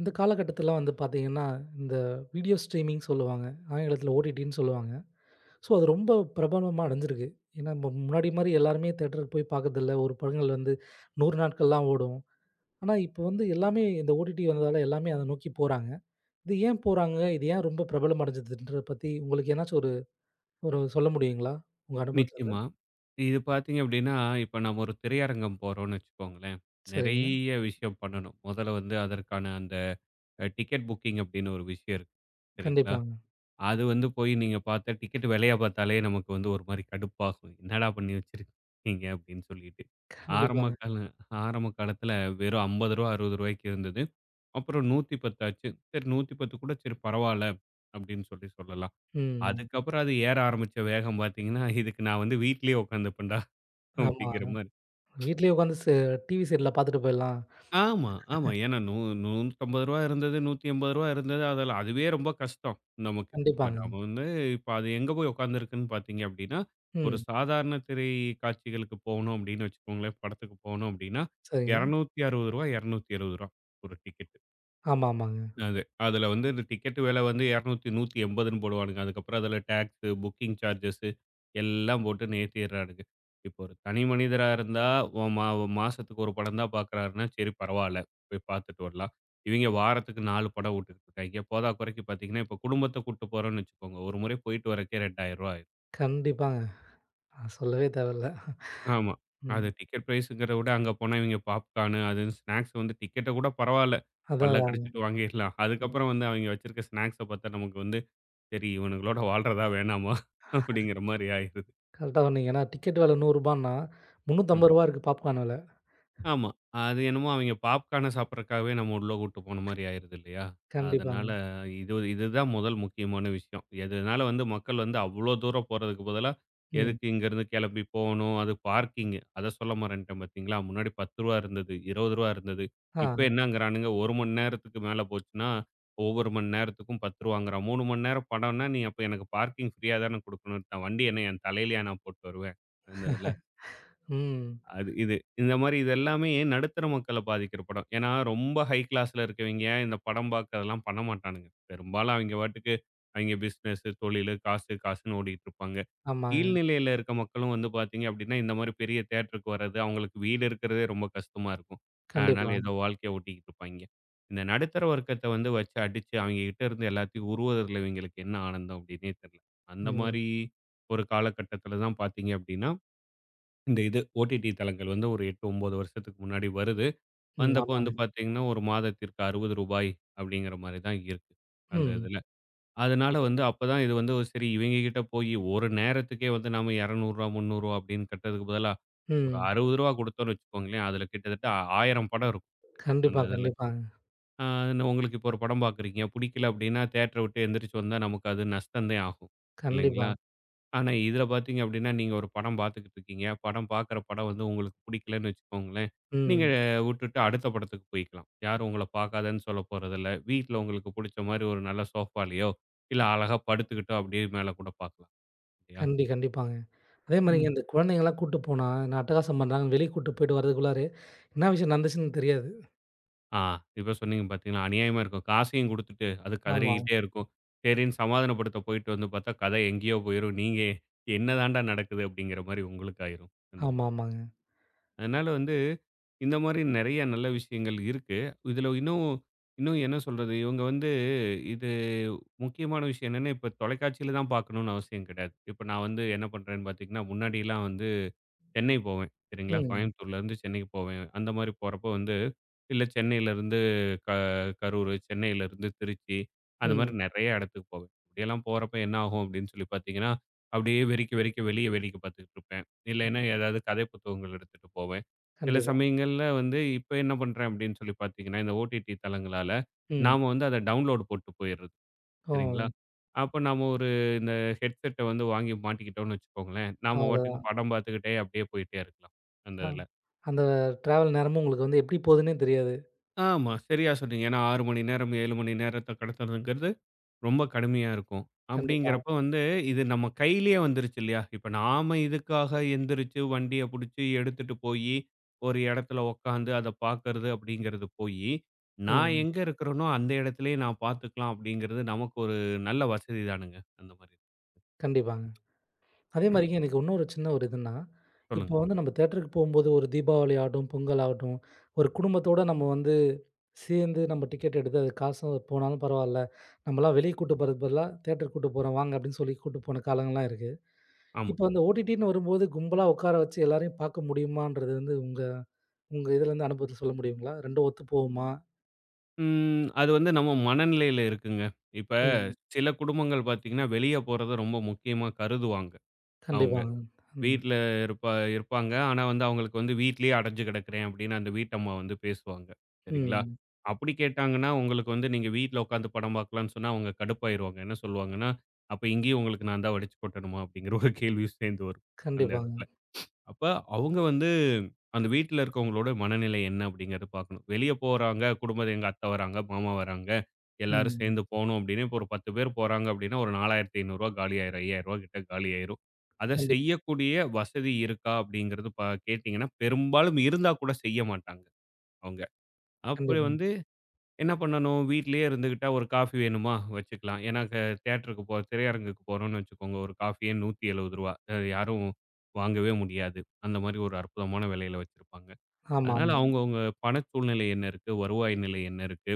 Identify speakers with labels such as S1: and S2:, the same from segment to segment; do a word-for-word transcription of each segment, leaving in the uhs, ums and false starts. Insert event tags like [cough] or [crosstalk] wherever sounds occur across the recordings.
S1: இந்த காலகட்டத்தில வந்து பார்த்தீங்கன்னா, இந்த வீடியோ ஸ்ட்ரீமிங் சொல்லுவாங்க. ஆங்கிலத்தில ஓடிடின்னு சொல்லுவாங்க. ஸோ அது ரொம்ப பிரபலமா அடைஞ்சிருக்கு. ஏன்னா, இப்ப முன்னாடி மாரி எல்லாருமே தியேட்டருக்கு போய் பார்க்கறதில்ல. ஒரு படங்கள் வந்து நூறு நாட்கள்லாம் ஓடும். ஆனா, இப்ப வந்து எல்லாமே இந்த ஓடிடி வந்ததால எல்லாமே அத நோக்கி போறாங்க. இது ஏன் போறாங்க? இது ஏன் ரொம்ப பிரபலம் அடைஞ்சதுன்றத பத்தி உங்களுக்கு எதனாச்சும் ஒரு ஒரு சொல்ல முடியுங்களா? உங்க அனுபவத்திலருந்து?
S2: நிச்சயமா. இது பார்த்தீங்க அப்டின்னா, இப்ப நம்ம ஒரு திரையரங்கம் போறோம்னு வச்சுக்கோங்களேன்.
S1: சரிங்க.
S2: நெறைய விஷயம் பண்ணணும். முதல்ல வந்து அதற்கான அந்த அ டிக்கெட் புக்கிங் அப்டின்னு ஒரு விஷயம் இருக்கு. சரிங்களா?
S1: கண்டிப்பாங்க.
S2: அது வந்து போய் நீங்க பார்த்தா டிக்கெட் விலைய பார்த்தாலே நமக்கு வந்து ஒரு மாரி கடுப்பாகும். என்னடா பண்ணி வச்சிருக்கீங்க அப்டின்னு சொல்லிட்டு. ஆரம்ப
S1: கண்டிப்பாங்க.
S2: கால ஆரம்ப காலத்தில வெறும் ரூ. ஐம்பது ரூ. 60க்கு இருந்தது. அப்புறம் நூற்று பத்து ஆச்சு. சரி நூற்று பத்து கூட சரி பரவால்ல அப்டின்னு சொல்லி சொல்லலாம்.
S1: ம்.
S2: அதுக்கப்புறம் அது ஏற ஆரம்பிச்ச வேகம் பார்த்தீங்கன்னா, இதுக்கு நான் வந்து வீட்லயே உட்காந்துப்பேன்டா [laughs]
S1: ஆமா.
S2: அப்படிங்கிற மாரி.
S1: வீட்லயே உட்காந்து ச டிவி சீரியல பார்த்துட்டு போயிடலாம்.
S2: ஆமா, ஆமா. ஏன்னா நூ ரூ. நூற்று ஐம்பது இருந்தது, ரூ. நூற்று எண்பது இருந்தது. அதில அதுவே ரொம்ப கஷ்டம் நமக்கு. இப்ப
S1: கண்டிப்பாங்க.
S2: நம்ம வந்து இப்ப அது எங்க போய் உட்காந்துருக்குன்னு பார்த்தீங்க அப்படின்னா, ஒரு
S1: ம்.
S2: சாதாரண திரை காட்சிகளுக்கு போகணும் அப்படின்னு வச்சுக்கோங்களேன், படத்துக்கு போகணும் அப்படின்னா, ரூ.
S1: சரிங்க.
S2: இருநூற்று அறுபது ரூ. இருநூற்று எழுபது ஒரு டிக்கெட்.
S1: ஆமா, ஆமாங்க.
S2: அது. அதுல வந்து இந்த டிக்கெட் விலை வந்து இருநூறு, 180ன்னு போடுவானுங்க. அதுக்கப்புறம் அதுல டாக்ஸு, புக்கிங் சார்ஜஸ்ஸு எல்லாம் போட்டு ஏத்திர்றானுங்க. இப்போ ஒரு தனி மனிதரா இருந்தா, ஒ மா மாசத்துக்கு ஒரு படம் தான் பார்க்குறாருன்னா, சரி பரவால்ல. போய் பார்த்துட்டு வரலாம். இவங்க வாரத்துக்கு நாலு படம் வுட்டுக்கிட்டு இருக்காய்ங்க. போதா குறைக்கு பார்த்தீங்கன்னா, இப்போ குடும்பத்த கூட்டு போறோம்ன்னு வச்சுக்கோங்க, ஒரு முறை போயிட்டு வரக்கே ரூ. இரண்டாயிரம் ஆயிரும்.
S1: கண்டிப்பாங்க. அ சொல்லவே தேவையில்ல.
S2: ஆமா. அது
S1: ம்.
S2: டிக்கெட் பிரைஸுங்கிறத விட அங்க போனா இவங்க பாப்கார்னு, அது ஸ்நாக்ஸ் வந்து டிக்கெட்ட கூட பரவால்ல.
S1: அதான்,
S2: பல்ல
S1: அதான்.
S2: கடிச்சிட்டு வாங்கிர்லாம்.
S1: ம்.
S2: அதுக்கப்புறம் வந்து அவங்க வச்சிருக்க ஸ்நாக்ஸ பார்த்தா நமக்கு வந்து சரி இவனுங்களோட வாழ்றதா வேணாமா? அப்படிங்கிற மாரி ஆயிருது.
S1: கரெக்ட்டா சொன்னீங்க. ஏன்னா டிக்கெட் விலை ரூ. நூறு
S2: ம்.
S1: முந்நூற்றி ஐம்பது இருக்கு பாப்கார்ன் விலை.
S2: ஆமா. அது என்னமோ அவைங்க பாப்கார்ன சாப்பிடுறதுக்காகவே நம்ம உள்ள கூட்டு போன மாரி ஆயிருது இல்லையா? அதனால
S1: கண்டிப்பாங்க.
S2: இது இதுதான் முதல் முக்கியமான விஷயம். இதனால வந்து மக்கள் வந்து அவ்ளோ தூரம் போறதுக்கு பதிலா,
S1: ம்.
S2: எதுக்கு இங்கருந்து கிளம்பி போணும்? அது பார்க்கிங் அத சொல்ல மறந்துட்டேன் பார்த்தீங்களா? முன்னாடி ரூ. பத்து இருந்தது, ரூ. இருபது இருந்தது.
S1: ஆ.
S2: இப்ப என்னங்கிறானுங்க ஒரு மணி நேரத்துக்கு மேல போச்சுன்னா, ஒவ்வொரு மணி நேரத்துக்கும் ரூ. பத்து மூணு மணி நேரம் படம்னா, நீ அப்ப எனக்கு பார்க்கிங் ஃப்ரீயா தானே குடுக்கணும். நான் வண்டி என்ன என் தலையிலயா நான் போட்டு வருவேன்? அந்த இதுல.
S1: ம்.
S2: அது இது. இந்த மாரி இது எல்லாமே நடுத்தர மக்கள பாதிக்கிற படம். ஏன்னா, ரொம்ப ஹை கிளாஸ்ல இருக்கவெங்க இந்த படம் பார்க்க அதெல்லாம் பண்ண மாட்டானுங்க. பெரும்பாலும் அவிங்க பாட்டுக்கு அவிங்க பிசினஸ், தொழிலு, காசு, காசுன்னு ஓடிட்டு இருப்பாங்க. கீழ்
S1: ஆமாங்க.
S2: நிலையில இருக்க மக்களும் வந்து பார்த்தீங்க அப்டின்னா, இந்த மாரி பெரிய தியேட்டருக்கு வர்றது, அவங்களுக்கு வீடு இருக்கிறதே ரொம்ப கஷ்டமா இருக்கும். அதனால
S1: கண்டிப்பா.
S2: ஏதோ வாழ்க்கைய ஓட்டிக்கிட்டு இருப்பாய்ங்க. இந்த நடுத்தர வர்க்கத்த வந்து வச்சு அடிச்சு அவிங்க கிட்ட இருந்து எல்லாத்தையும் உருவுவதில இவிங்களுக்கு என்ன ஆனந்தம் அப்டின்னே தெர்ல. அந்த
S1: ம்.
S2: மாரி ஒரு காலகட்டத்தில தான் பார்த்தீங்க அப்டின்னா இந்த இது ஓடிடி தளங்கள் வந்து ஒரு எட்டு, ஒன்பது வருஷத்துக்கு முன்னாடி வருது.
S1: ம்.
S2: வந்தப்போ வந்து
S1: ஆமாங்க.
S2: பார்த்தீங்கன்னா, ஒரு மாதத்திற்கு ரூ. அறுபது அப்படிங்கிற மாரி தான் இருக்கு. அந்த
S1: ம்.
S2: இதுல. அதனால வந்து அப்பதான் இது வந்து ஒரு சரி இவங்க கிட்ட போயி ஒரு நேரத்துக்கே வந்து நாம ரூ. இருநூறு ரூ. முந்நூறு அப்படின்னு கட்டுறதுக்கு பதிலா ஒரு ரூ.
S1: ம்.
S2: அறுபது குடுத்தோம்னு வச்சுக்கோங்களேன், அதுல கிட்டத்தட்ட ஆயிரம் படம் இருக்கும் அந்த
S1: கண்டிப்பா,
S2: இதுல.
S1: கண்டிப்பாங்க.
S2: ஆ உங்களுக்கு இப்போ ஒரு படம் பார்க்குறீங்க, பிடிக்கல அப்படின்னா தியேட்டர விட்டு எந்திரிச்சு வந்தா நமக்கு அது நஷ்டம் தான் ஆகும். இல்லைங்களா?
S1: கண்டிப்பா.
S2: ஆனா, இதில பார்த்தீங்க அப்படின்னா, நீங்க ஒரு படம் பார்த்துக்கிட்டு இருக்கீங்க. படம் பார்க்குற படம் வந்து உங்களுக்கு பிடிக்கலன்னு வச்சுக்கோங்களேன், நீங்க
S1: ம்.
S2: விட்டுட்டு அடுத்த படத்துக்கு போய்க்கலாம். யாரும் உங்கள பார்க்காதன்னு சொல்ல போறதில்ல. வீட்ல உங்களுக்கு புடிச்ச மாரி ஒரு நல்ல சோஃபாலயோ, இல்ல அழகா படுத்துக்கிட்டோ அப்படியே மேல கூட பார்க்கலாம். இல்லையா?
S1: கண்டி கண்டிப்பாங்க. அதே மாரிங்க
S2: ம்.
S1: இந்த குழந்தைங்கலாம் கூட்டு போனா, என்ன அட்டகாசம் பண்றாங்கன்னு வெளிய கூட்டு போயிட்டு வரதுக்குள்ளாரே, என்ன விஷயம் நடந்துச்சுன்னு தெரியாது.
S2: ஆ இப்ப சொன்னீங்க பார்த்தீங்களா, அநியாயமா இருக்கும். காசையும் குடுத்துட்டு, அது
S1: ஆமா.
S2: கதறிக்கிட்டே இருக்கும். சரின்னு சமாதானப்படுத்த போயிட்டு வந்து பார்த்தா, கதை எங்கேயோ போயிரும். நீங்க என்னதான்டா நடக்குது அப்படிங்கிற மாரி உங்களுக்கு ஆயிரும். அந்த
S1: ஆமா, ஆமாங்க.
S2: அதனால வந்து, இந்த மாரி நெறைய நல்ல விஷயங்கள் இருக்கு. இதுல இன்னும் இன்னும் என்ன சொல்றது? இவங்க வந்து இது முக்கியமான விஷயம் என்னன்னா, இப்ப தொலைக்காட்சியில தான் பார்க்கணும்னு அவசியம் கிடையாது. இப்ப நான் வந்து என்ன பண்றேன்னு பார்த்தீங்கன்னா, முன்னாடிலாம் வந்து சென்னை போவேன். சரிங்களா,
S1: ம்.
S2: கோயம்புத்தூர்லேருந்து சென்னைக்கு போவேன். அந்த மாரி போறப்போ வந்து, இல்ல சென்னையிலேருந்து க கரூர், சென்னையிலேருந்து திருச்சி, அந்த மாரி
S1: ம்.
S2: நெறைய இடத்துக்கு போவேன். இப்படியெல்லாம் போறப்ப என்ன ஆகும் அப்படின்னு சொல்லி பார்த்தீங்கன்னா, அப்படியே வெறிக்க வெறிக்க வெளிய வேடிக்கை பார்த்துக்கிட்டு இருப்பேன். இல்லைன்னா ஏதாவது கதை புத்தகங்கள் எடுத்துட்டு போவேன். சில
S1: கண்டிப்பா.
S2: சமயங்கள்ல வந்து இப்ப என்ன பண்றேன் அப்படின்னு சொல்லி பார்த்தீங்கன்னா, இந்த ஓடிடி தளங்களால
S1: ம்.
S2: நாம வந்து அத டவுன்லோட் போட்டு போயிடுறது. சரிங்களா?
S1: ஓ!
S2: அப்ப நாம ஒரு இந்த ஹெட்செட்ட வந்து வாங்கி மாட்டிக்கிட்டோம்னு வச்சுக்கோங்களேன். நாம பாட்டுக்கு
S1: அவ்வளதான்.
S2: படம் பார்த்துக்கிட்டே அப்படியே போயிட்டே இருக்கலாம். அந்த
S1: ஆ.
S2: இதுல.
S1: அந்த ட்ராவல் நேரமும் உங்களுக்கு வந்து எப்படி போகுதுன்னே தெரியாது.
S2: ஆமா, சரியா சொன்னீங்க. ஏன்னா ஆறு மணி நேரம், ஏழு மணி நேரத்த கடத்துறதுங்கிறது ரொம்ப கடுமையா இருக்கும்.
S1: கண்டிப்பா.
S2: அப்படிங்கிறப்ப வந்து இது நம்ம கையிலேயே வந்துருச்சு இல்லையா? இப்ப நாம இதுக்காக எந்திரிச்சு வண்டிய புடிச்சு எடுத்துட்டு போயி, ஒரு இடத்துல உட்காந்து அத பார்க்கறது அப்படிங்கிறது போயி, நான்
S1: ம்.
S2: எங்க இருக்கிறேனோ அந்த இடத்திலேயே நான் பார்த்துக்கலாம் அப்படிங்கிறது நமக்கு ஒரு நல்ல வசதி தானுங்க. அந்த மாரி.
S1: கண்டிப்பாங்க. அதேமாரிங்க எனக்கு இன்னொரு சின்ன ஒரு இதுன்னா,
S2: சொல்லுங்க.
S1: இப்போ வந்து நம்ம தியேட்டருக்கு போம்போது ஒரு தீபாவளி ஆகட்டும், பொங்கல் ஆகட்டும், ஒரு குடும்பத்தோட நம்ம வந்து சேர்ந்து நம்ம டிக்கெட் எடுத்து அது காசு போனாலும் பரவால்ல. நம்மலாம் வெளிய கூட்டு போறதுக்கு பதிலா தியேட்டருக்கு கூட்டு போறோம் வாங்க அப்படின்னு சொல்லி கூட்டு போன காலங்கள்லாம் இருக்கு.
S2: ஆமா.
S1: இப்போ அந்த ஓடிடின்னு வரும்போது கும்பலா உட்கார வச்சு எல்லாரையும் பார்க்க முடியுமான்றது வந்து உங்க உங்க இதுலேருந்து அனுபவத்துல சொல்ல முடியுங்களா? 2ம் ஒத்து போகுமா?
S2: ம். அது வந்து நம்ம மனநிலையில இருக்குங்க. இப்ப
S1: ம்.
S2: சில குடும்பங்கள் பார்த்தீங்கன்னா, வெளிய போறத ரொம்ப முக்கியமா கருதுவாங்க அவங்க.
S1: கண்டிப்பாங்க. ம்.
S2: வீட்ல இருப்பா இருப்பாங்க. ஆனா வந்து அவங்களுக்கு வந்து வீட்லயே அடைஞ்சு கிடக்கிறேன் அப்படின்னு அந்த வீட்டம்மா வந்து பேசுவாங்க. சரிங்களா?
S1: ம்.
S2: அப்படி கேட்டாங்கன்னா, உங்களுக்கு வந்து நீங்க வீட்ல உட்காந்து படம் பார்க்கலாம்ன்னு சொன்னா அவங்க கடுப்பாயிருவாங்க. என்ன சொல்லுவாங்கன்னா, "அப்ப இங்கேயும் உங்களுக்கு நான் தான் வடிச்சு கொட்டணுமா?" அப்படிங்கிற ஒரு கேள்வியும் சேர்ந்து வரும் அந்த
S1: கண்டிப்பாங்க.
S2: இடத்துல. அப்ப அவங்க வந்து அந்த வீட்ல இருக்கவங்களோட மனநிலை என்ன அப்படிங்கிறத பார்க்கணும். வெளிய போறாங்க, குடும்பம் எங்க அத்தை வராங்க, மாமா வராங்க. எல்லாரும்
S1: ம்.
S2: சேர்ந்து போனோம் அப்படின்னா, இப்போ ஒரு பத்து பேர் போறாங்க அப்படின்னா, ஒரு ரூ. நாலாயிரத்து ஐநூறு காலியாயிரும். ரூ. ஐயாயிரம் கிட்ட காலியாயிரும். அத
S1: கண்டிப்
S2: செய்யக்கூடிய வசதி இருக்கா அப்படிங்கிறது பா கேட்டீங்கன்னா, பெரும்பாலும் இருந்தா கூட செய்ய மாட்டாங்க அவங்க. அப்படி
S1: கண்டிப்பாங்க.
S2: வந்து என்ன பண்ணணும், வீட்லயே இருந்துக்கிட்டா ஒரு காஃபி வேணுமா? வச்சுக்கலாம். ஏன்னா க தியேட்டருக்கு போ திரையரங்குக்கு போறோம்னு வச்சுக்கோங்க, ஒரு காஃபியே ரூ. நூற்று எழுபது அ யாரும் வாங்கவே முடியாது. அந்த மாரி ஒரு அற்புதமான விலையில வச்சிருப்பாங்க.
S1: ஆமா,
S2: அதனால
S1: ஆமாங்க.
S2: அவங்கவங்க பண சூழ்நிலை என்ன இருக்கு? வருவாய் நிலை என்ன இருக்கு?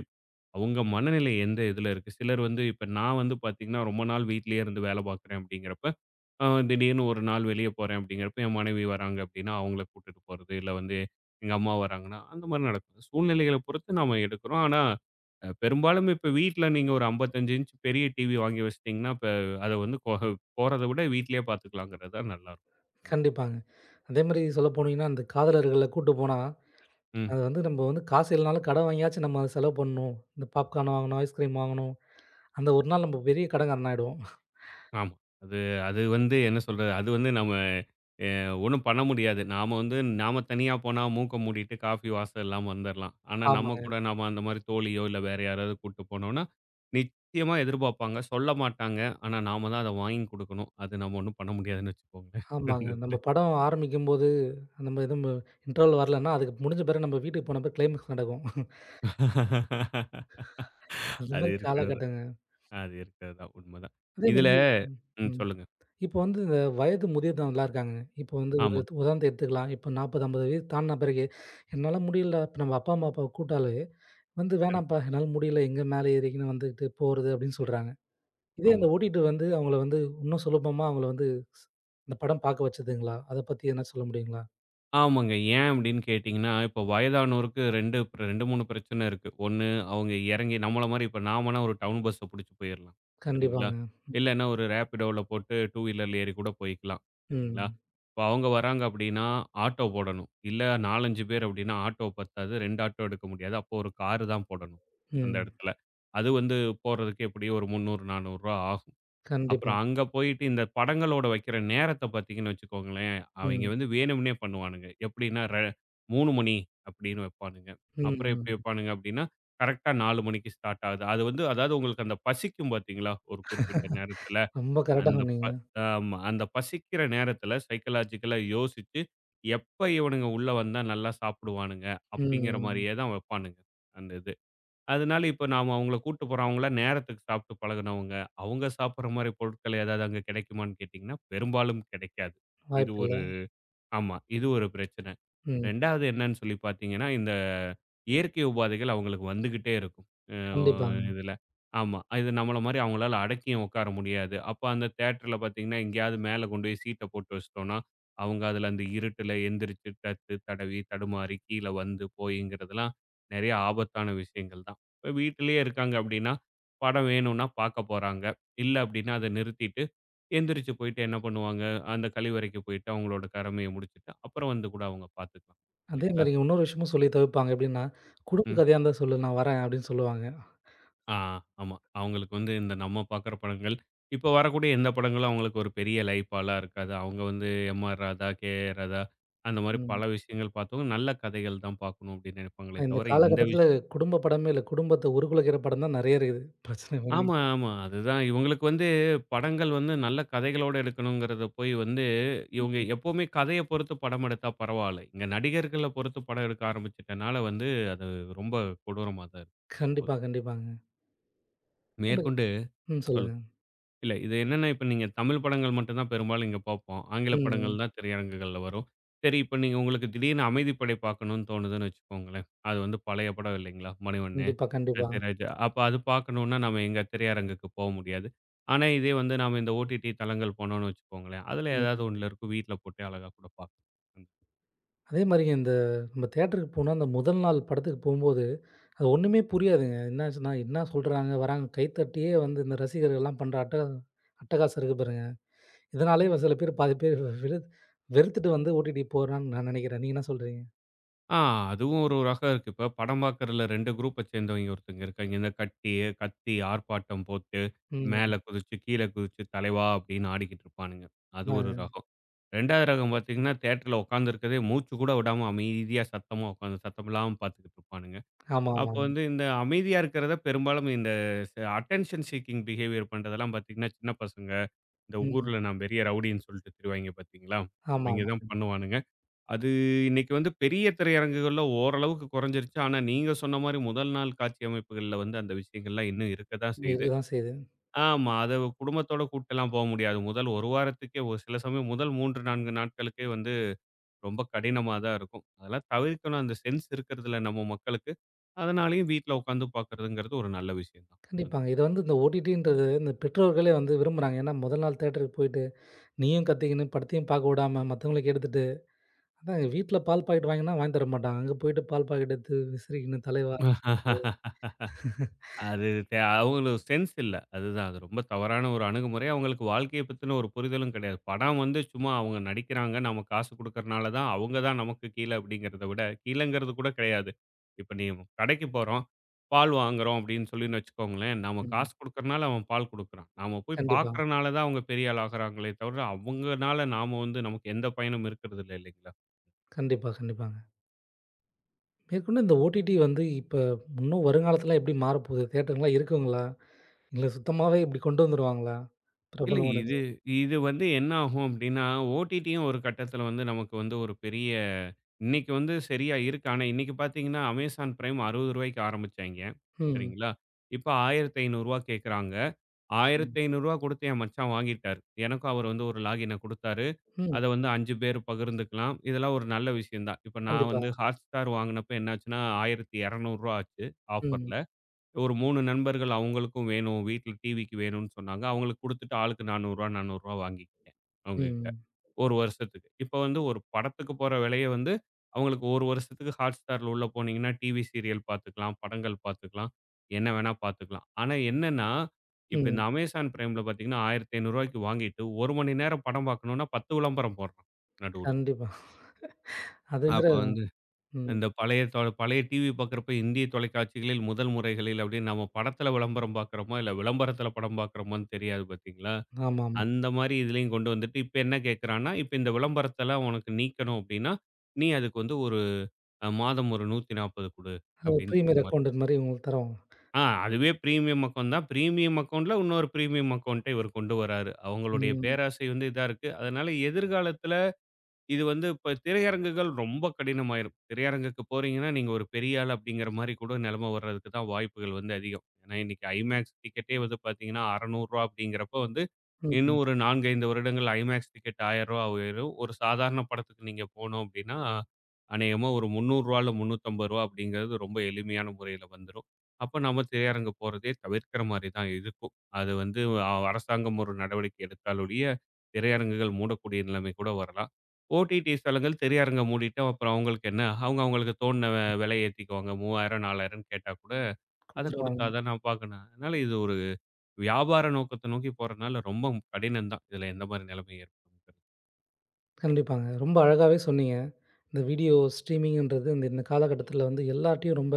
S2: அவங்க மனநிலை எந்த இதுல இருக்கு? சிலர் வந்து இப்ப நான் வந்து பார்த்தீங்கன்னா, ரொம்ப நாள் வீட்லயே இருந்து வேலை பார்க்குறேன் அப்படிங்கிறப்ப அ திடீர்னு ஒரு நாள் வெளிய போறேன் அப்படிங்கிறப்ப, என் மனைவி வராங்க அப்படின்னா, அவங்கள கூட்டிட்டு போறது, இல்ல வந்து எங்க அம்மா வராங்கன்னா, அந்த மாரி நடக்கும். சூழ்நிலைகள பொறுத்து நாம எடுக்கிறோம். ஆனா, அ பெரும்பாலும் இப்ப வீட்ல நீங்க ஒரு ஐம்பத்தி ஐந்து இன்ச் பெரிய டிவி வாங்கி வச்சுட்டீங்கன்னா, இப்ப அத வந்து கொ போறத விட வீட்லயே பார்த்துக்கலாங்கிறது தான் நல்லாருக்கும்.
S1: கண்டிப்பாங்க. அதேமாரி சொல்ல போனீங்கன்னா, அந்த காதலர்கள கூட்டு போனா,
S2: ம்.
S1: அது வந்து நம்ம வந்து காசு இல்லனாலும் கடன் வாங்கியாச்சும் நம்ம செலவு பண்ணணும். இந்த பாப்கார்ன் வாங்கணும், ஐஸ்கிரீம் வாங்கணும். அந்த ஒரு நாள் நம்ம பெரிய கடன்காரனா ஆயிடுவோம்.
S2: ஆமா. அது அது வந்து என்ன சொல்றது? அது வந்து நம்ம ஒண்ணும் பண்ண முடியாது. நாம வந்து நாம தனியா போனா மூக்க மூடிட்டு காஃபி வாசம் இல்லாம வந்துரலாம். ஆனா நம்ம
S1: ஆமாங்க,
S2: கூட நாம அந்த மாரி தோழியோ, இல்ல வேற யாராவது கூட்டு போனோம்னா, நிச்சயமா எதிர்பார்ப்பாங்க. சொல்ல மாட்டாங்க. ஆனா நாம தான் அத வாங்கி குடுக்கணும். அது நம்ம ஒண்ணும் பண்ண முடியாதுன்னு வச்சுக்கோங்களேன். அந்த
S1: ஆமாங்க.
S2: இதுல.
S1: நம்ம படம் ஆரம்பிக்கும்போது, நம்ம எதுவும் இன்டர்வல் வரலன்னா, அதுக்கு முடிஞ்ச பிறகு நம்ம வீட்டுக்கு போன பிறகு கிளைமாக்ஸ் நடக்கும். அந்த
S2: அது
S1: மாரி
S2: இருக்கிறது தான்.
S1: காலகட்டங்க.
S2: அது இருக்கிறது தான். உண்மதான். இதுல
S1: அதேமாரி ம்,
S2: ம்
S1: ம்.
S2: சொல்லுங்க.
S1: இப்போ வந்து இந்த வயது முதியவர்கள்லாம் இருக்காங்கங்க. இப்போ வந்து ஒரு
S2: ஆமாங்க.
S1: உதாரணத்த எடுத்துக்கலாம். இப்போ நாற்பது, ஐம்பது வயது தாண்டின பிறகு, "என்னால முடியல." இப்ப நம்ம அப்பா, அம்மா அப்பாவ கூப்ட்டாலே வந்து,
S2: கரெக்ட்.
S1: "வேணாம்ப்பா என்னால முடியல. எங்க மேல ஏறிக்கின்னு வந்துட்டு போறது." அப்படின்னு சொல்றாங்க. இதே அந்த
S2: ஆமாங்க.
S1: ஓட்டிட்டு வந்து அவங்கள வந்து இன்னும் சுலபமா அவங்கள வந்து ஸ் இந்த படம் பார்க்க வச்சதுங்களா? அத பத்தி எதுனா சொல்ல முடியுங்களா?
S2: ஆமாங்க. ஏன் அப்படின்னு கேட்டீங்கன்னா, இப்போ வயதானோருக்கு ரெண்டு பிர ரெண்டு, மூணு பிரச்சனை இருக்கு. ஒண்ணு அவங்க இறங்கி நம்மள மாரி இப்ப நாமன்னா ஒரு டவுன் பஸ்ஸ புடிச்சு போயிரலாம். சரிங்களா?
S1: கண்டிப்பாங்க.
S2: இல்லன்னா ஒரு ரேப்பிடோல போட்டு ரெண்டு வீலர்ல ஏறி கூட போய்க்கலாம். சரிங்களா?
S1: ம்.
S2: இப்ப அவங்க வராங்க அப்படின்னா, ஆட்டோ போடணும். இல்ல நாலு, ஐந்து பேர் அப்படின்னா ஆட்டோ பத்தாது. ரெண்டு ஆட்டோ எடுக்க முடியாது. அப்போ ஒரு கார் தான் போடணும், அந்த
S1: ம்.
S2: இடத்துல. அது வந்து போறதுக்கு எப்படியும் ஒரு ரூ. முந்நூறு, ரூ. நானூறு ஆகும்.
S1: கண்டிப்பா.
S2: அப்புறம் அங்க போயிட்டு இந்த படங்களோட வைக்கிற நேரத்த பார்த்தீங்கன்னு வச்சுக்கோங்களேன், அவைங்க
S1: ம்.
S2: வந்து வேணும்னே பண்ணுவானுங்க. எப்படின்னா, ர மூணு மணி அப்படின்னு வைப்பானுங்க.
S1: ம்.
S2: அப்புறம் எப்படி
S1: ம்.
S2: வைப்பானுங்க அப்படின்னா, கரெக்ட்டா நாலு மணிக்கு ஸ்டார்ட் ஆகுது. அது வந்து அதாவது உங்களுக்கு அந்த பசிக்கும் பார்த்தீங்களா, ஒரு குறிப்பிட்ட நேரத்தில.
S1: ரொம்ப கரெக்ட்டா
S2: அந்த ப
S1: சொன்னீங்க.
S2: ஆமா. அந்த பசிக்கிற நேரத்தில சைக்காலஜிக்கலா யோசிச்சு, எப்ப இவனுங்க உள்ள வந்தா நல்லா சாப்பிடுவானுங்க அப்படிங்கிற
S1: ம்.
S2: மாரியே தான் வைப்பானுங்க, அந்த இது. அதனால இப்ப நாம அவங்கள கூட்டு போறோம். அவங்கலாம் நேரத்துக்கு சாப்பிட்டு பழகுனவங்க. அவங்க சாப்பிடுற மாரி பொருட்கள் ஏதாவது அங்க கிடைக்குமான்னு கேட்டீங்கன்னா, பெரும்பாலும் கிடைக்காது. இது ஒரு
S1: வாய்ப்பில்ல.
S2: ஆமா. இது ஒரு பிரச்சனை.
S1: ம்.
S2: 2வது என்னன்னு சொல்லி பார்த்தீங்கன்னா, இந்த இயற்கை உபாதைகள் அவங்களுக்கு வந்துகிட்டே இருக்கும். அ
S1: கண்டிப்பாங்க.
S2: இதுல. ஆமா. இது நம்மள மாரி அவங்களால அடக்கியும் உட்கார முடியாது. அப்ப அந்த தியேட்டர்ல பார்த்தீங்கன்னா, எங்கேயாவது மேல கொண்டு போய் சீட்ட போட்டு வச்சுட்டோம்னா, அவங்க அதுல அந்த இருட்டுல எந்திரிச்சு தத்து, தடவி, தடுமாறி கீழ வந்து போய்ங்கிறதெல்லாம் நெறைய ஆபத்தான விஷயங்கள் தான். இப்ப வீட்டிலேயே இருக்காங்க அப்டின்னா, படம் வேணும்னா பார்க்க போறாங்க. இல்ல அப்டின்னா அத நிறுத்திட்டு, எந்திரிச்சு போயிட்டு என்ன பண்ணுவாங்க, அந்த கழிவறைக்கு போயிட்டு அவங்களோட கடமைய முடிச்சுட்டு, அப்புறம் வந்து கூட அவங்க பார்த்துக்கலாம்.
S1: அதே
S2: இல்லைங்களா?
S1: மாரி இன்னொரு விஷயமும் சொல்லி தவிர்ப்பாங்க. எப்படின்னா, குடும்ப
S2: ம்.
S1: கதையா இருந்தா சொல்லு நான் வரேன் அப்படின்னு சொல்லுவாங்க.
S2: ஆ ஆமா. அவங்களுக்கு வந்து இந்த நம்ம பார்க்குற படங்கள், இப்போ வரக்கூடிய எந்த படங்களும் அவங்களுக்கு ஒரு பெரிய லைஃப்பாலாம் இருக்காது. அவங்க வந்து எம்.ஆர். ராதா, கே.ஆர். ராதா அந்த மாரி பல
S1: ம்.
S2: விஷயங்கள் பார்த்தவங்க, நல்ல கதைகள் தான் பார்க்கணும் அப்படின்னு நினைப்பாங்களே
S1: இந்த
S2: தவிர, இந்த விஷ
S1: காலகட்டத்தில குடும்ப படமே இல்ல. குடும்பத்த உருகுலைக்கிற படம் தான் நெறைய இருக்குது. பிரச்சனை பண்ணி.
S2: ஆமா, ஆமா. அதுதான் இவங்களுக்கு வந்து படங்கள் வந்து நல்ல கதைகளோட எடுக்கணுங்கிறத போய் வந்து, இவங்க
S1: ம்.
S2: எப்பவுமே கதைய பொறுத்து படம் எடுத்தா பரவால்ல. இங்க நடிகர்கள பொறுத்து படம் எடுக்க ஆரம்பிச்சுட்டனால வந்து, அது ரொம்ப கொடூரமா தான் இருக்கு.
S1: கண்டிப்பா, கண்டிப்பாங்க. அதே மாரி
S2: மேற்கொண்டு
S1: ம் சொல்லுங்க.
S2: சொல்லுங்க. இல்ல. இது என்னன்னா, இப்ப நீங்க தமிழ் படங்கள் மட்டும் தான் பெரும்பாலும் இங்க பார்ப்போம். ஆங்கில
S1: ம்.
S2: படங்கள் தான் திரையரங்குகள்ல வரும். சரி, இப்ப நீங்க உங்களுக்கு திடீர்னு அமைதிப்படை பார்க்கணும்னு தோணுதுன்னு வச்சுக்கோங்களேன். அது வந்து பழைய படம் இல்லைங்களா? மணிவண்ணு,
S1: கண்டிப்பா, கண்டிப்பா.
S2: சத்யராஜ். அப்ப அது பார்க்கணும்னா நம்ம எங்க திரையரங்குக்கு போ முடியாது. ஆனா, இதே வந்து நாம இந்த ஓடிடி தளங்கள் போனோம்னு வச்சுக்கோங்களேன், அதுல
S1: ம்.
S2: ஏதாவது ஒண்ணுல இருக்கும். வீட்ல போட்டே அழகா கூட பார்க்கலாம்.
S1: அதே மாரிங்க இந்த நம்ம தியேட்டருக்கு போனா, அந்த முதல் நாள் படத்துக்கு போம்போது, அது ஒண்ணுமே புரியாதுங்க. என்னாச்சுன்னா, என்ன சொல்றாங்க, வராங்க கைத்தட்டியே வந்து இந்த ரசிகர்கள்லாம் பண்ற அட்ட அட்டகாசம் இருக்கு பாருங்க. இதனாலேயே சில பேர் பாதி பேர் வெறுத் வெறுத்துட்டு வந்து ஓடிடி போறான்னு நான் நெனைக்கிறேன். நீங்க என்ன சொல்றீங்க?
S2: ஆ அதுவும் ஒரு ரகம் இருக்கு. இப்ப படம் பார்க்கறதுல ரெண்டு குரூப்ப சேர்ந்தவங்க ஒருத்தங்க இருக்காங்க. இந்த கட்டி, கத்தி, ஆர்ப்பாட்டம் போட்டு,
S1: ம்.
S2: மேல குதிச்சு, கீழ குதிச்சு, தலைவா அப்படின்னு ஆடிக்கிட்டு இருப்பானுங்க. அது ஒரு
S1: ஆ.
S2: ரகம். 2வது ரகம் பார்த்தீங்கன்னா, தியேட்டர்ல உட்கார்ந்திருக்கதே மூச்சு கூட விடாம அமைதியா சத்தமா உட்காந்து சத்தம் இல்லாம பார்த்துக்கிட்டு இருப்பானுங்க.
S1: ஆமா,
S2: அப்போ
S1: ஆமாங்க.
S2: வந்து இந்த அமைதியா இருக்கிறத பெரும்பாலும் இந்த ச அட்டென்ஷன் சீக்கிங் பிஹேவியர் பண்றதெல்லாம் பார்த்தீங்கன்னா, சின்ன பசங்க, இந்த
S1: ம்.
S2: ஊர்ல நான் பெரிய ரவுடின்னு சொல்லிட்டு திரிவாய்ங்க பார்த்தீங்களா? அவைங்க
S1: ஆமாமா.
S2: தான் பண்ணுவானுங்க. அது இன்னைக்கு வந்து பெரிய திரையரங்குகள்ல ஓரளவுக்கு குறைஞ்சிருச்சு. ஆனா, நீங்க சொன்ன மாரி முதல் நாள் காட்சி அமைப்புகள்ல வந்து அந்த விஷயங்கள்லாம் இன்னும் இருக்க தான் செய்யுது.
S1: இருக்கதான் செய்யுது.
S2: ஆமா, அத குடும்பத்தோட கூட்டெல்லாம் போ முடியாது. முதல் ஒரு வாரத்துக்கே ஒரு சில சமயம் முதல் மூணு, நாலு நாட்களுக்கே வந்து ரொம்ப கடினமா தான் இருக்கும். அதெல்லாம் தவிர்க்கணும். அந்த சென்ஸ் இருக்கிறதில்ல நம்ம மக்களுக்கு. அதனாலேயும் வீட்ல உட்காந்து பார்க்கிறதுங்கிறது ஒரு நல்ல விஷயம் தான்.
S1: கண்டிப்பாங்க. இது வந்து இந்த ஓடிடின்றது இந்த பெற்றோர்களே வந்து விரும்புறாங்க. ஏன்னா முதல் நாள் தியேட்டருக்கு போயிட்டு, நீயும் கத்திக்கின்னு படத்தையும் பார்க்க விடாம மத்தவங்களுக்கு எடுத்துட்டு, அதாங்க வீட்ல பால் பாக்கெட் வாங்கினா வாங்கி தர மாட்டாங்க. அங்க போயிட்டு பால் பாக்கெட் எடுத்து விசிறிக்கின்னு தலைவா
S2: [laughs] அது தே அவங்களுக்கு சென்ஸ் இல்ல. அதுதான். அது ரொம்ப தவறான ஒரு அணுகுமுறை. அவங்களுக்கு வாழ்க்கைய பத்தின ஒரு புரிதலும் கிடையாது. படம் வந்து சும்மா அவங்க நடிக்கிறாங்க. நம்ம காசு குடுக்கறனால தான் அவங்க தான் நமக்கு கீழ அப்படிங்கிறத விட கீழங்கிறது கூட கிடையாது. இப்ப நீ கடைக்கு போறோம். பால் வாங்குறோம் அப்படின்னு சொல்லின்னு வச்சுக்கோங்களேன். நாம
S1: ம்.
S2: காசு குடுக்கறனால அவன் பால் குடுக்குறான். நாம போய்
S1: கண்டிப்பா.
S2: பார்க்கறனால தான் அவங்க பெரிய ஆள் ஆகுறாங்களே தவிர, அவங்கனால நாம வந்து நமக்கு எந்த பயனும் இருக்கிறது இல்ல இல்லைங்களா?
S1: கண்டிப்பா, கண்டிப்பாங்க. மேற்கொண்டு இந்த ஓடிடி வந்து இப்ப இன்னும் வருங்காலத்துல எப்படி மாறப்போகுது? தியேட்டர்லாம் இருக்குங்களா? இல்ல சுத்தமாவே இப்படி கொண்டு வந்துருவாங்களா?
S2: இல்ல.
S1: பிரபலம்
S2: இது
S1: அடைஞ்சு.
S2: இது வந்து என்ன ஆகும் அப்டின்னா, ஓடிடியும் ஒரு கட்டத்தில வந்து நமக்கு வந்து ஒரு பெரிய இன்னைக்கு வந்து சரியா இருக்கு. ஆனா, இன்னைக்கு பார்த்தீங்கன்னா, அமேசான் பிரைம் ரூ. 60க்கு ஆரம்பிச்சாய்ங்க.
S1: ம்.
S2: சரிங்களா? இப்ப ரூ. ஆயிரத்து ஐநூறு கேட்குறாங்க. ரூ.
S1: ம்.
S2: ஆயிரத்து ஐநூறு குடுத்து என் மச்சான் வாங்கிட்டாரு. எனக்கும் அவரு வந்து ஒரு லாகின குடுத்தாரு.
S1: ம்.
S2: அத வந்து ஐந்து பேர் பகிர்ந்துக்கலாம். இதெல்லாம் ஒரு நல்ல விஷயம் தான். இப்ப நான்
S1: கண்டிப்பா.
S2: வந்து Hotstar வாங்குனப்ப என்னாச்சுன்னா, ரூ. ஆயிரத்து இருநூறு ஆச்சு
S1: ம்.
S2: ஆஃபர்ல. ஒரு மூணு நண்பர்கள் அவங்களுக்கும் வேணும். வீட்ல டிவிக்கு வேணும்னு சொன்னாங்க. அவங்களுக்கு குடுத்துட்டு ஆளுக்கு ரூ. நானூறு ரூ. நானூறு வாங்கிக்கிட்டேன் அவங்ககிட்ட.
S1: ம்.
S2: ஒரு வருஷத்துக்கு. இப்ப வந்து ஒரு படத்துக்கு போற விலைய வந்து அவங்களுக்கு ஒரு வருஷத்துக்கு Hotstarல உள்ள போனீங்கன்னா, டிவி சீரியல் பார்த்துக்கலாம், படங்கள் பார்த்துக்கலாம், என்ன வேணா பார்த்துக்கலாம். ஆனா என்னன்னா, இப்ப இந்த
S1: ம்.
S2: Amazon Primeல பார்த்தீங்கன்னா, ரூ. 1500க்கு வாங்கிட்டு ஒரு மணி நேரம் படம் பார்க்கணும்னா பத்து விளம்பரம் போடுறான் நடுவுல.
S1: கண்டிப்பா. அது வேற
S2: அப்ப வந்து
S1: ம்.
S2: இந்த பழைய தொ பழைய டிவி பார்க்குறப்ப இந்திய தொலைக்காட்சிகளில் முதல் முறைகளில் அப்படின்னு நம்ம படத்துல விளம்பரம் பார்க்குறோமா, இல்ல விளம்பரத்துல படம் பார்க்குறோமான்னு தெரியாது பார்த்தீங்களா?
S1: ஆமாமா.
S2: அந்த மாரி இதுலயும் கொண்டு வந்துட்டு இப்ப என்ன கேட்குறான்னா, இப்ப இந்த விளம்பரத்தலாம் உனக்கு நீக்கணும் அப்படின்னா, நீ அதுக்கு வந்து ஒரு அ மாதம் ஒரு நூற்று நாற்பது குடு
S1: அது ஒரு
S2: அப்படின்னு சொல்லி
S1: பிரீமியர்
S2: மறு
S1: அக்கவுண்டன்ட் மாரி உங்களுக்கு தருவாங்க.
S2: ஆ அதுவே பிரீமியம் அக்கவுண்ட் தான். பிரீமியம் அக்கவுண்ட்ல இன்னொரு பிரீமியம் அக்கவுண்ட்ட இவர் கொண்டு வராரு. அவங்களுடைய
S1: ம்.
S2: பேராசை வந்து இதா இருக்கு. அதனால எதிர்காலத்துல இது வந்து இப்ப திரையரங்குகள் ரொம்ப கடினமாயிரும். திரையரங்குக்கு போறீங்கன்னா, நீங்க ஒரு பெரிய ஆள் அப்படிங்கிற மாரி கூட நெலைம வர்றதுக்கு தான் வாய்ப்புகள் வந்து அதிகம். ஏன்னா, இன்னைக்கு ஐமேக்ஸ் டிக்கெட்டே வந்து பார்த்தீங்கன்னா, ரூ. அறுநூறு அப்படிங்கிறப்போ வந்து,
S1: ம்.
S2: இன்னும் ஒரு நாலு, ஐந்து வருடங்கள் ஐமேக்ஸ் டிக்கெட் ரூ. ஆயிரம் உயரும். ஒரு சாதாரண படத்துக்கு நீங்க போனோம் அப்படின்னா, அநேகமா ஒரு ரூ. முந்நூறு ரூ. முந்நூற்று ஐம்பது அப்படிங்கிறது ரொம்ப எளிமையான முறையில வந்துரும். அப்ப நம்ம திரையரங்கு போறதே தவிர்க்கிற மாரி தான் இருக்கும். அது வந்து அஹ், அரசாங்கம் ஒரு நடவடிக்கை எடுத்தால் ஒழிய, திரையரங்குகள் மூடக்கூடிய நிலைமை கூட வரலாம். ஓடிடி தளங்கள் திரையரங்க மூடிட்டு அப்புறம் அவங்களுக்கு என்ன, அவங்க அவங்களுக்கு தோணுன வெ விலை ஏத்திக்குவாங்க. மூவாயிரம், 4000ன்னு கேட்டா கூட அத
S1: குடுத்துருவாங்க.
S2: குடுத்தா தான் நான் பார்க்கணும். அதனால இது ஒரு வியாபார நோக்கத்த நோக்கி போறனால ரொம்ப கடினம் தான். இதுல எந்த மாரி நிலைமை ஏற்படுங்கிறது.
S1: கண்டிப்பாங்க. ரொம்ப அழகாவே சொன்னீங்க. இந்த வீடியோ ஸ்ட்ரீமிங்ன்றது இந்த இந்த காலகட்டத்தில வந்து எல்லார்ட்டயும் ரொம்ப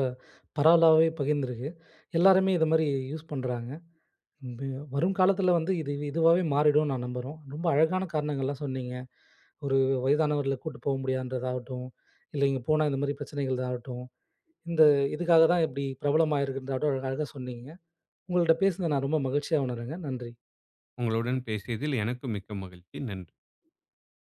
S1: பரவலாவே பகிர்ந்திருக்கு. எல்லாருமே இது மாரி யூஸ் பண்றாங்க. ம். வரும் காலத்தில வந்து இது இதுவாவே மாறிடும்னு நான் நம்புறோம். ரொம்ப அழகான காரணங்கள்லாம் சொன்னீங்க. ஒரு வயதானவர்கள கூட்டு போக முடியாதுன்றதாகட்டும், இல்ல இங்க போனா இந்த மாரி பிரச்சனைகள் ஆகட்டும், இந்த இதுக்காக தான் இப்டி பிரபலமாயிருக்குன்றதாகட்டும் அழகா சொன்னீங்க. உங்கள்ட்ட பேசுனத நான் ரொம்ப மகிழ்ச்சியா உணர்றேங்க. நன்றி.
S2: உங்களுடன் பேசியதில் எனக்கு மிக்க மகிழ்ச்சி. நன்றி.